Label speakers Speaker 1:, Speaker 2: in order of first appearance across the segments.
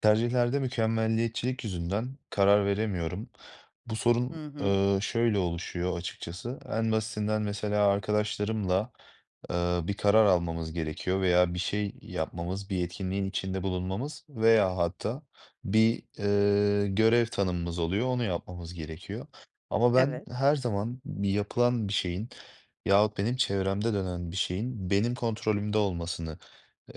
Speaker 1: Tercihlerde mükemmelliyetçilik yüzünden karar veremiyorum. Bu sorun,
Speaker 2: Hı hı.
Speaker 1: şöyle oluşuyor açıkçası. En basitinden mesela arkadaşlarımla, bir karar almamız gerekiyor veya bir şey yapmamız, bir etkinliğin içinde bulunmamız veya hatta bir, görev tanımımız oluyor, onu yapmamız gerekiyor. Ama ben
Speaker 2: Evet.
Speaker 1: her zaman bir yapılan bir şeyin yahut benim çevremde dönen bir şeyin benim kontrolümde olmasını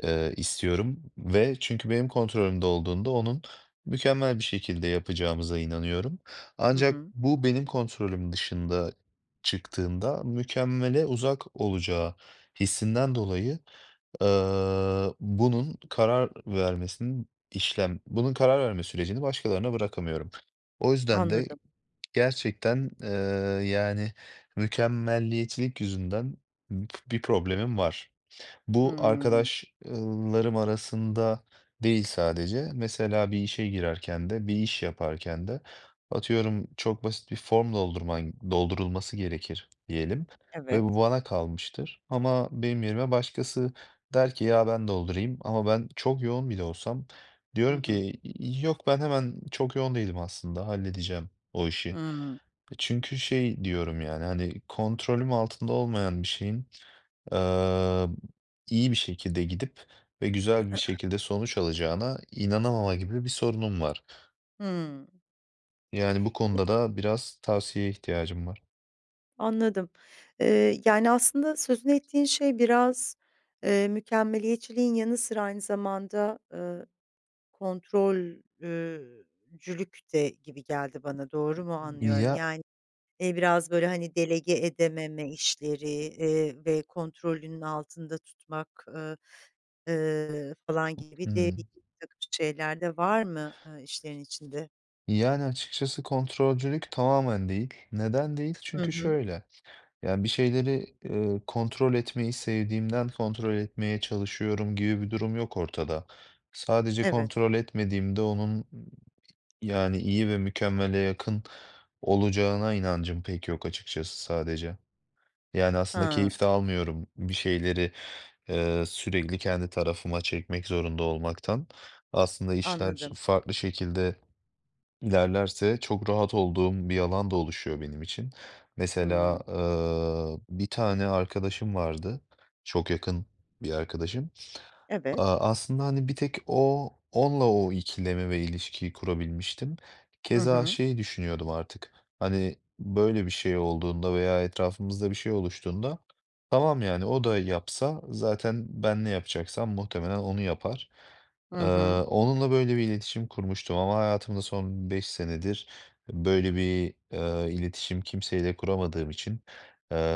Speaker 1: istiyorum ve çünkü benim kontrolümde olduğunda onun mükemmel bir şekilde yapacağımıza inanıyorum.
Speaker 2: Hı
Speaker 1: Ancak
Speaker 2: hı.
Speaker 1: bu benim kontrolüm dışında çıktığında mükemmele uzak olacağı hissinden dolayı, eee, bunun karar vermesini bunun karar verme sürecini başkalarına bırakamıyorum. O yüzden de
Speaker 2: Anladım.
Speaker 1: gerçekten, yani mükemmelliyetçilik yüzünden bir problemim var. Bu
Speaker 2: Hımm.
Speaker 1: arkadaşlarım arasında değil sadece. Mesela bir işe girerken de, bir iş yaparken de atıyorum çok basit bir form doldurulması gerekir diyelim ve bu
Speaker 2: Evet.
Speaker 1: bana kalmıştır. Ama benim yerime başkası der ki ya ben doldurayım ama ben çok yoğun bile olsam
Speaker 2: Hı
Speaker 1: diyorum
Speaker 2: hı.
Speaker 1: ki yok ben hemen çok yoğun değilim aslında halledeceğim o işi.
Speaker 2: Hımm.
Speaker 1: Çünkü şey diyorum yani hani kontrolüm altında olmayan bir şeyin eee İyi bir şekilde gidip ve güzel bir şekilde sonuç alacağına inanamama gibi bir sorunum var.
Speaker 2: Hımm.
Speaker 1: Yani bu
Speaker 2: E,
Speaker 1: konuda da biraz tavsiyeye ihtiyacım var.
Speaker 2: anladım. Yani, aslında sözünü ettiğin şey biraz, mükemmeliyetçiliğin yanı sıra aynı zamanda, kontrol eee, cülük de gibi geldi bana. Doğru mu anlıyorum?
Speaker 1: Ya,
Speaker 2: Yani, biraz, böyle, hani, delege edememe işleri, ve kontrolünün altında tutmak, falan gibi de
Speaker 1: hımm.
Speaker 2: birtakım şeyler de var mı, işlerin içinde?
Speaker 1: Yani açıkçası kontrolcülük tamamen değil. Neden değil?
Speaker 2: Hı
Speaker 1: Çünkü
Speaker 2: hı.
Speaker 1: şöyle, yani bir şeyleri, kontrol etmeyi sevdiğimden kontrol etmeye çalışıyorum gibi bir durum yok ortada. Sadece
Speaker 2: Evet.
Speaker 1: kontrol etmediğimde onun, yani, iyi ve mükemmele yakın olacağına inancım pek yok açıkçası sadece. Yani, aslında
Speaker 2: Ha,
Speaker 1: keyif de almıyorum bir şeyleri, sürekli kendi tarafıma çekmek zorunda olmaktan. Aslında işler
Speaker 2: anladım.
Speaker 1: farklı şekilde ilerlerse çok rahat olduğum bir alan da oluşuyor benim için. Mesela,
Speaker 2: Hımm.
Speaker 1: bir tane arkadaşım vardı, çok yakın bir arkadaşım.
Speaker 2: Evet.
Speaker 1: Aaa, aslında, hani, bir tek onunla o ikilemi ve ilişkiyi kurabilmiştim.
Speaker 2: Hı
Speaker 1: Keza
Speaker 2: hı.
Speaker 1: şeyi düşünüyordum artık, hani, böyle bir şey olduğunda veya etrafımızda bir şey oluştuğunda, tamam, yani, o da yapsa zaten ben ne yapacaksam muhtemelen onu yapar.
Speaker 2: Hı
Speaker 1: Eee,
Speaker 2: hı.
Speaker 1: onunla böyle bir iletişim kurmuştum ama hayatımda son 5 senedir böyle bir, iletişim kimseyle kuramadığım için,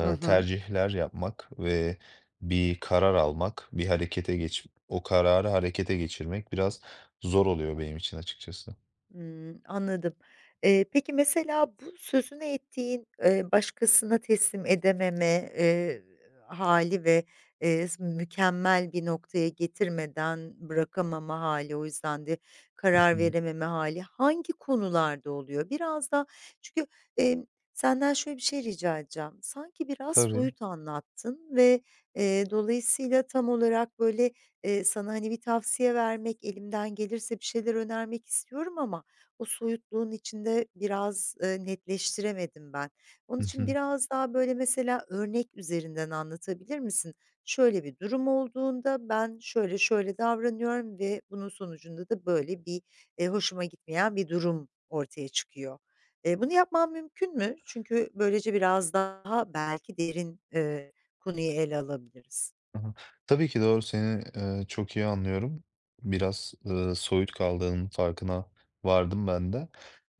Speaker 2: Hı hı.
Speaker 1: tercihler yapmak ve bir karar almak, bir harekete geç o kararı harekete geçirmek biraz zor oluyor benim için açıkçası. Hı
Speaker 2: Hımm, anladım. Peki, mesela bu sözünü ettiğin, başkasına teslim edememe, hâli ve, s mükemmel bir noktaya getirmeden bırakamama hâli, o yüzden de karar
Speaker 1: hı.
Speaker 2: verememe hâli hangi konularda oluyor? Biraz da çünkü, emm, senden şöyle bir şey rica edeceğim. Sanki biraz
Speaker 1: Tabii.
Speaker 2: soyut anlattın ve, dolayısıyla tam olarak, böyle, sana, hani, bir tavsiye vermek, elimden gelirse bir şeyler önermek istiyorum ama o soyutluğun içinde biraz, netleştiremedim ben. Onun
Speaker 1: Hı
Speaker 2: için
Speaker 1: hı.
Speaker 2: biraz daha, böyle, mesela örnek üzerinden anlatabilir misin? "Şöyle bir durum olduğunda ben şöyle şöyle davranıyorum ve bunun sonucunda da böyle bir, hoşuma gitmeyen bir durum ortaya çıkıyor." Bunu yapmam mümkün mü? Çünkü böylece biraz daha belki derin, konuyu ele alabiliriz.
Speaker 1: Hı. Tabii ki doğru, seni, çok iyi anlıyorum. Biraz, soyut kaldığının farkına vardım ben de.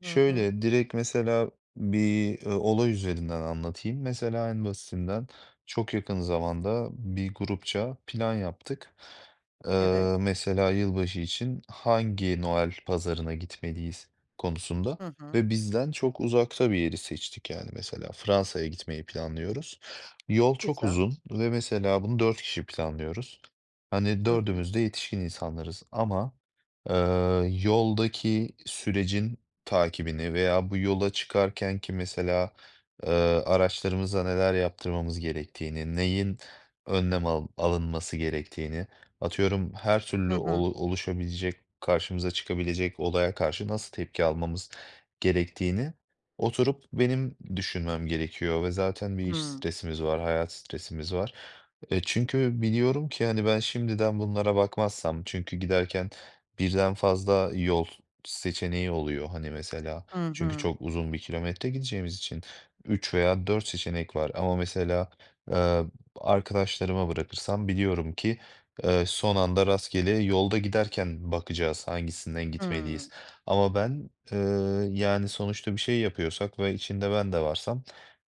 Speaker 2: Hı hı.
Speaker 1: Şöyle, direkt mesela bir, olay üzerinden anlatayım. Mesela en basitinden çok yakın zamanda bir grupça plan yaptık.
Speaker 2: Evet.
Speaker 1: Mesela yılbaşı için hangi Noel pazarına gitmeliyiz konusunda
Speaker 2: Hı hı.
Speaker 1: ve bizden çok uzakta bir yeri seçtik yani mesela Fransa'ya gitmeyi planlıyoruz. Yol çok
Speaker 2: Güzel.
Speaker 1: uzun ve mesela bunu 4 kişi planlıyoruz. Hani,
Speaker 2: Hı hı.
Speaker 1: dördümüz de yetişkin insanlarız ama, eee, yoldaki sürecin takibini veya bu yola çıkarken ki mesela, eee, araçlarımıza neler yaptırmamız gerektiğini, neyin önlem al alınması gerektiğini, atıyorum her
Speaker 2: Hı
Speaker 1: türlü
Speaker 2: hı.
Speaker 1: oluşabilecek, karşımıza çıkabilecek olaya karşı nasıl tepki almamız gerektiğini oturup benim düşünmem gerekiyor ve zaten bir iş
Speaker 2: Hımm.
Speaker 1: stresimiz var, hayat stresimiz var. Çünkü biliyorum ki hani ben şimdiden bunlara bakmazsam çünkü giderken birden fazla yol seçeneği oluyor hani mesela.
Speaker 2: Hı
Speaker 1: Çünkü
Speaker 2: hı.
Speaker 1: çok uzun bir kilometre gideceğimiz için 3 veya 4 seçenek var ama mesela e, arkadaşlarıma bırakırsam biliyorum ki son anda rastgele yolda giderken bakacağız hangisinden gitmeliyiz.
Speaker 2: Hımm.
Speaker 1: Ama ben, yani, sonuçta bir şey yapıyorsak ve içinde ben de varsam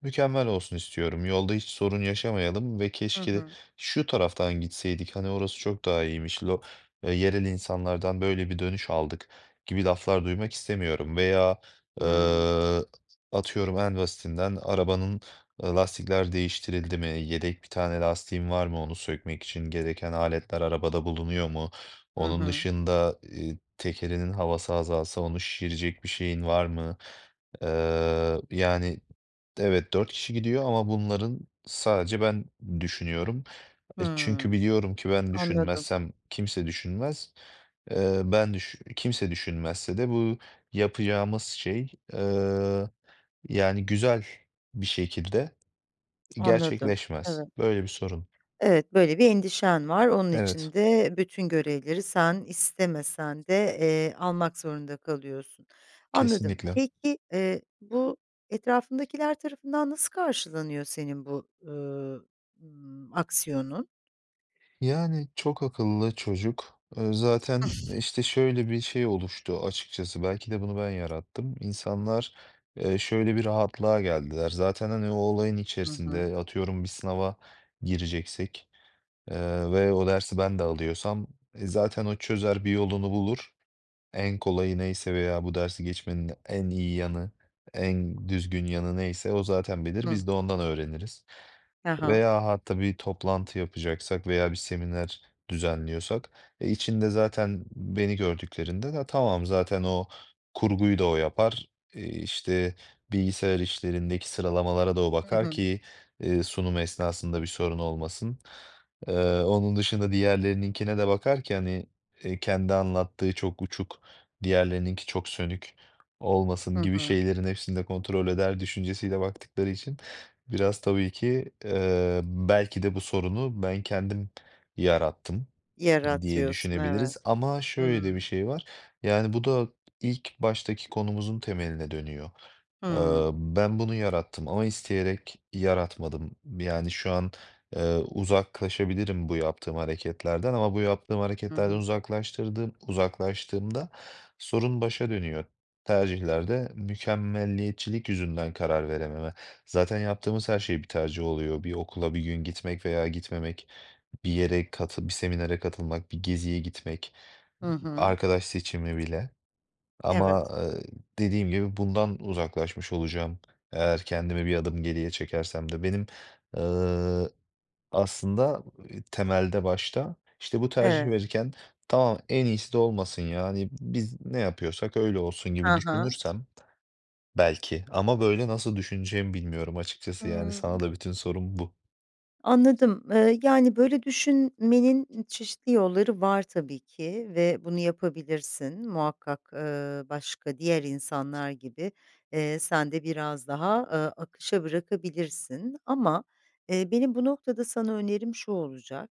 Speaker 1: mükemmel olsun istiyorum. Yolda hiç sorun yaşamayalım ve
Speaker 2: Hı
Speaker 1: keşke
Speaker 2: hı.
Speaker 1: şu taraftan gitseydik, hani, orası çok daha iyiymiş, lo yerel insanlardan böyle bir dönüş aldık gibi laflar duymak istemiyorum. Veya,
Speaker 2: Hımm.
Speaker 1: eee, atıyorum en basitinden arabanın, lastikler değiştirildi mi, yedek bir tane lastiğim var mı, onu sökmek için gereken aletler arabada bulunuyor mu?
Speaker 2: Hı
Speaker 1: Onun
Speaker 2: hı.
Speaker 1: dışında, tekerinin havası azalsa onu şişirecek bir şeyin var mı? Yani, evet 4 kişi gidiyor ama bunların sadece ben düşünüyorum. Çünkü
Speaker 2: Hımm.
Speaker 1: biliyorum ki ben
Speaker 2: Anladım,
Speaker 1: düşünmezsem kimse düşünmez. Ben düş kimse düşünmezse de bu yapacağımız şey, yani, güzel bir şekilde
Speaker 2: anladım.
Speaker 1: gerçekleşmez.
Speaker 2: Evet.
Speaker 1: Böyle bir sorun.
Speaker 2: Evet, böyle bir endişen var. Onun
Speaker 1: Evet,
Speaker 2: için de bütün görevleri sen istemesen de, almak zorunda kalıyorsun. Anladım.
Speaker 1: kesinlikle.
Speaker 2: Peki, bu etrafındakiler tarafından nasıl karşılanıyor senin bu, aksiyonun?
Speaker 1: Yani, çok akıllı çocuk. Zaten, işte, şöyle bir şey oluştu açıkçası, belki de bunu ben yarattım. İnsanlar, şöyle bir rahatlığa geldiler. Zaten, hani, o olayın
Speaker 2: Hı hı.
Speaker 1: içerisinde, atıyorum, bir sınava gireceksek, ve o dersi ben de alıyorsam, zaten o çözer, bir yolunu bulur. En kolayı neyse veya bu dersi geçmenin en iyi yanı, en düzgün yanı neyse o zaten bilir. Biz
Speaker 2: Hı.
Speaker 1: de ondan öğreniriz.
Speaker 2: Hı hı.
Speaker 1: Veya hatta bir toplantı yapacaksak veya bir seminer düzenliyorsak içinde zaten beni gördüklerinde de tamam zaten o kurguyu da o yapar. İşte bilgisayar işlerindeki sıralamalara da o
Speaker 2: Hı
Speaker 1: bakar
Speaker 2: hı.
Speaker 1: ki sunum esnasında bir sorun olmasın. Ee, onun dışında diğerlerininkine de bakar ki hani kendi anlattığı çok uçuk, diğerlerininki çok sönük olmasın
Speaker 2: Hı
Speaker 1: gibi
Speaker 2: hı.
Speaker 1: şeylerin hepsini de kontrol eder düşüncesiyle baktıkları için biraz tabii ki, belki de bu sorunu ben kendim yarattım diye
Speaker 2: Yaratıyorsun,
Speaker 1: düşünebiliriz
Speaker 2: evet.
Speaker 1: ama şöyle de bir
Speaker 2: Hımm.
Speaker 1: şey var. Yani bu da ilk baştaki konumuzun temeline dönüyor.
Speaker 2: Hımm.
Speaker 1: Ben bunu yarattım ama isteyerek yaratmadım. Yani şu an uzaklaşabilirim bu yaptığım hareketlerden ama bu yaptığım
Speaker 2: Hı
Speaker 1: hareketlerden
Speaker 2: hı.
Speaker 1: uzaklaştığımda sorun başa dönüyor. Tercihlerde mükemmelliyetçilik yüzünden karar verememe. Zaten yaptığımız her şey bir tercih oluyor. Bir okula bir gün gitmek veya gitmemek. Bir seminere katılmak, bir geziye gitmek,
Speaker 2: Hı hı.
Speaker 1: arkadaş seçimi bile. Ama,
Speaker 2: Evet.
Speaker 1: dediğim gibi bundan uzaklaşmış olacağım eğer kendimi bir adım geriye çekersem de. Benim, eee, aslında temelde başta, işte, bu tercihi
Speaker 2: Evet.
Speaker 1: verirken "Tamam, en iyisi de olmasın ya, hani, biz ne yapıyorsak öyle olsun."
Speaker 2: Hı
Speaker 1: gibi
Speaker 2: hı.
Speaker 1: düşünürsem belki, ama böyle nasıl düşüneceğimi bilmiyorum açıkçası, yani,
Speaker 2: Hıı.
Speaker 1: sana da bütün sorum bu.
Speaker 2: Anladım. Yani, böyle düşünmenin çeşitli yolları var tabii ki ve bunu yapabilirsin. Muhakkak, başka diğer insanlar gibi, sen de biraz daha, akışa bırakabilirsin ama, benim bu noktada sana önerim şu olacak: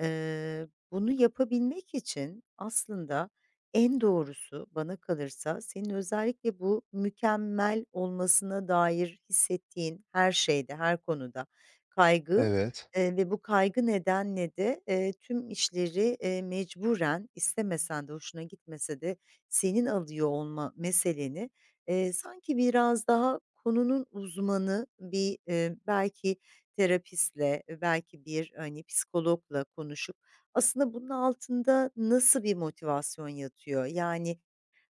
Speaker 2: Eee, Bunu yapabilmek için aslında en doğrusu bana kalırsa senin özellikle bu mükemmel olmasına dair hissettiğin her şeyde, her konuda kaygı
Speaker 1: Evet.
Speaker 2: Ve bu kaygı nedenle de, tüm işleri, mecburen istemesen de, hoşuna gitmese de senin alıyor olma meseleni, sanki biraz daha konunun uzmanı bir, belki terapistle, belki bir, hani, psikologla konuşup aslında bunun altında nasıl bir motivasyon yatıyor? Yani,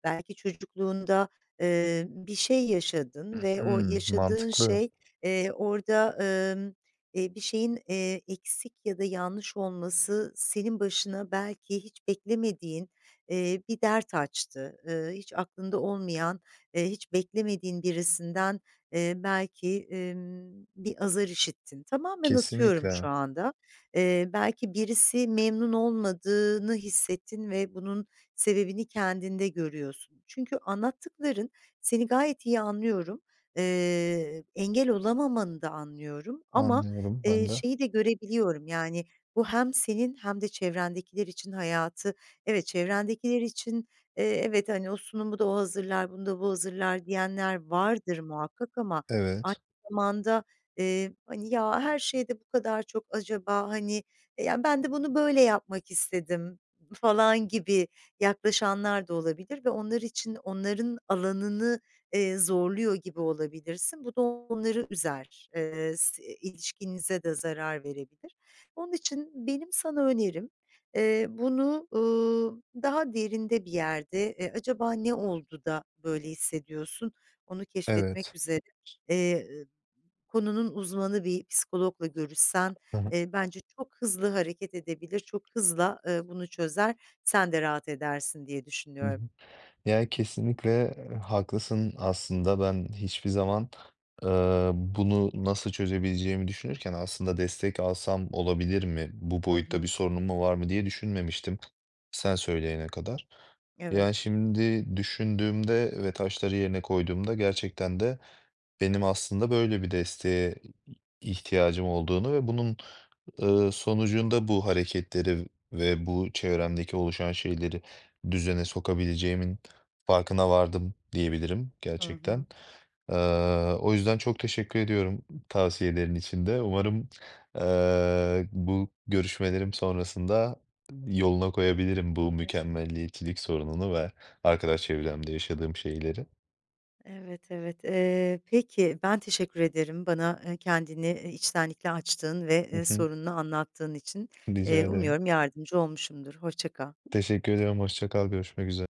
Speaker 2: belki çocukluğunda, bir şey yaşadın
Speaker 1: Hı
Speaker 2: ve o
Speaker 1: hı.
Speaker 2: yaşadığın
Speaker 1: Mantıklı.
Speaker 2: şey, orada, bir şeyin, eksik ya da yanlış olması senin başına belki hiç beklemediğin, bir dert açtı. Hiç aklında olmayan, hiç beklemediğin birisinden, belki, bir azar işittin. Tamamen atıyorum şu
Speaker 1: Kesinlikle.
Speaker 2: anda. Belki birisi memnun olmadığını hissettin ve bunun sebebini kendinde görüyorsun. Çünkü anlattıkların seni gayet iyi anlıyorum. Engel olamamanı da anlıyorum ama,
Speaker 1: Anlıyorum ben de.
Speaker 2: şeyi de görebiliyorum, yani, bu hem senin hem de çevrendekiler için hayatı. Evet, çevrendekiler için, evet, hani, o sunumu da o hazırlar, bunu da bu hazırlar diyenler vardır muhakkak ama aynı
Speaker 1: Evet,
Speaker 2: zamanda, hani, ya, her şeyde bu kadar çok acaba, hani, ya, ben de bunu böyle yapmak istedim falan gibi, yaklaşanlar da olabilir ve onlar için onların alanını, zorluyor gibi olabilirsin. Bu da onları üzer. S ilişkinize de zarar verebilir. Onun için benim sana önerim, bunu, daha derinde bir yerde, acaba ne oldu da böyle hissediyorsun, onu
Speaker 1: evet.
Speaker 2: keşfetmek üzere, eee konunun uzmanı bir psikologla görüşsen,
Speaker 1: Hı hı,
Speaker 2: bence çok hızlı hareket edebilir, çok hızla, bunu çözer, sen de rahat edersin diye
Speaker 1: hı
Speaker 2: düşünüyorum.
Speaker 1: hı. Ya, kesinlikle haklısın aslında. Ben hiçbir zaman, bunu nasıl çözebileceğimi düşünürken aslında destek alsam olabilir mi, bu
Speaker 2: Hı
Speaker 1: boyutta bir
Speaker 2: hı.
Speaker 1: sorunum mu var mı diye düşünmemiştim sen söyleyene kadar.
Speaker 2: Evet.
Speaker 1: Yani, şimdi düşündüğümde ve taşları yerine koyduğumda gerçekten de benim aslında böyle bir desteğe ihtiyacım olduğunu ve bunun, sonucunda bu hareketleri ve bu çevremdeki oluşan şeyleri düzene sokabileceğimin farkına vardım diyebilirim
Speaker 2: Hı
Speaker 1: gerçekten.
Speaker 2: hı.
Speaker 1: Eee, o yüzden çok teşekkür ediyorum tavsiyelerin için de. Umarım, bu görüşmelerim sonrasında yoluna koyabilirim bu mükemmelliyetçilik sorununu ve arkadaş çevremde yaşadığım şeyleri.
Speaker 2: Evet, evet. Peki, ben teşekkür ederim bana, kendini, içtenlikle açtığın ve,
Speaker 1: Hı hı.
Speaker 2: sorununu anlattığın için.
Speaker 1: Rica ederim.
Speaker 2: Umuyorum yardımcı olmuşumdur. Hoşça kal.
Speaker 1: Teşekkür ediyorum. Hoşça kal. Görüşmek üzere.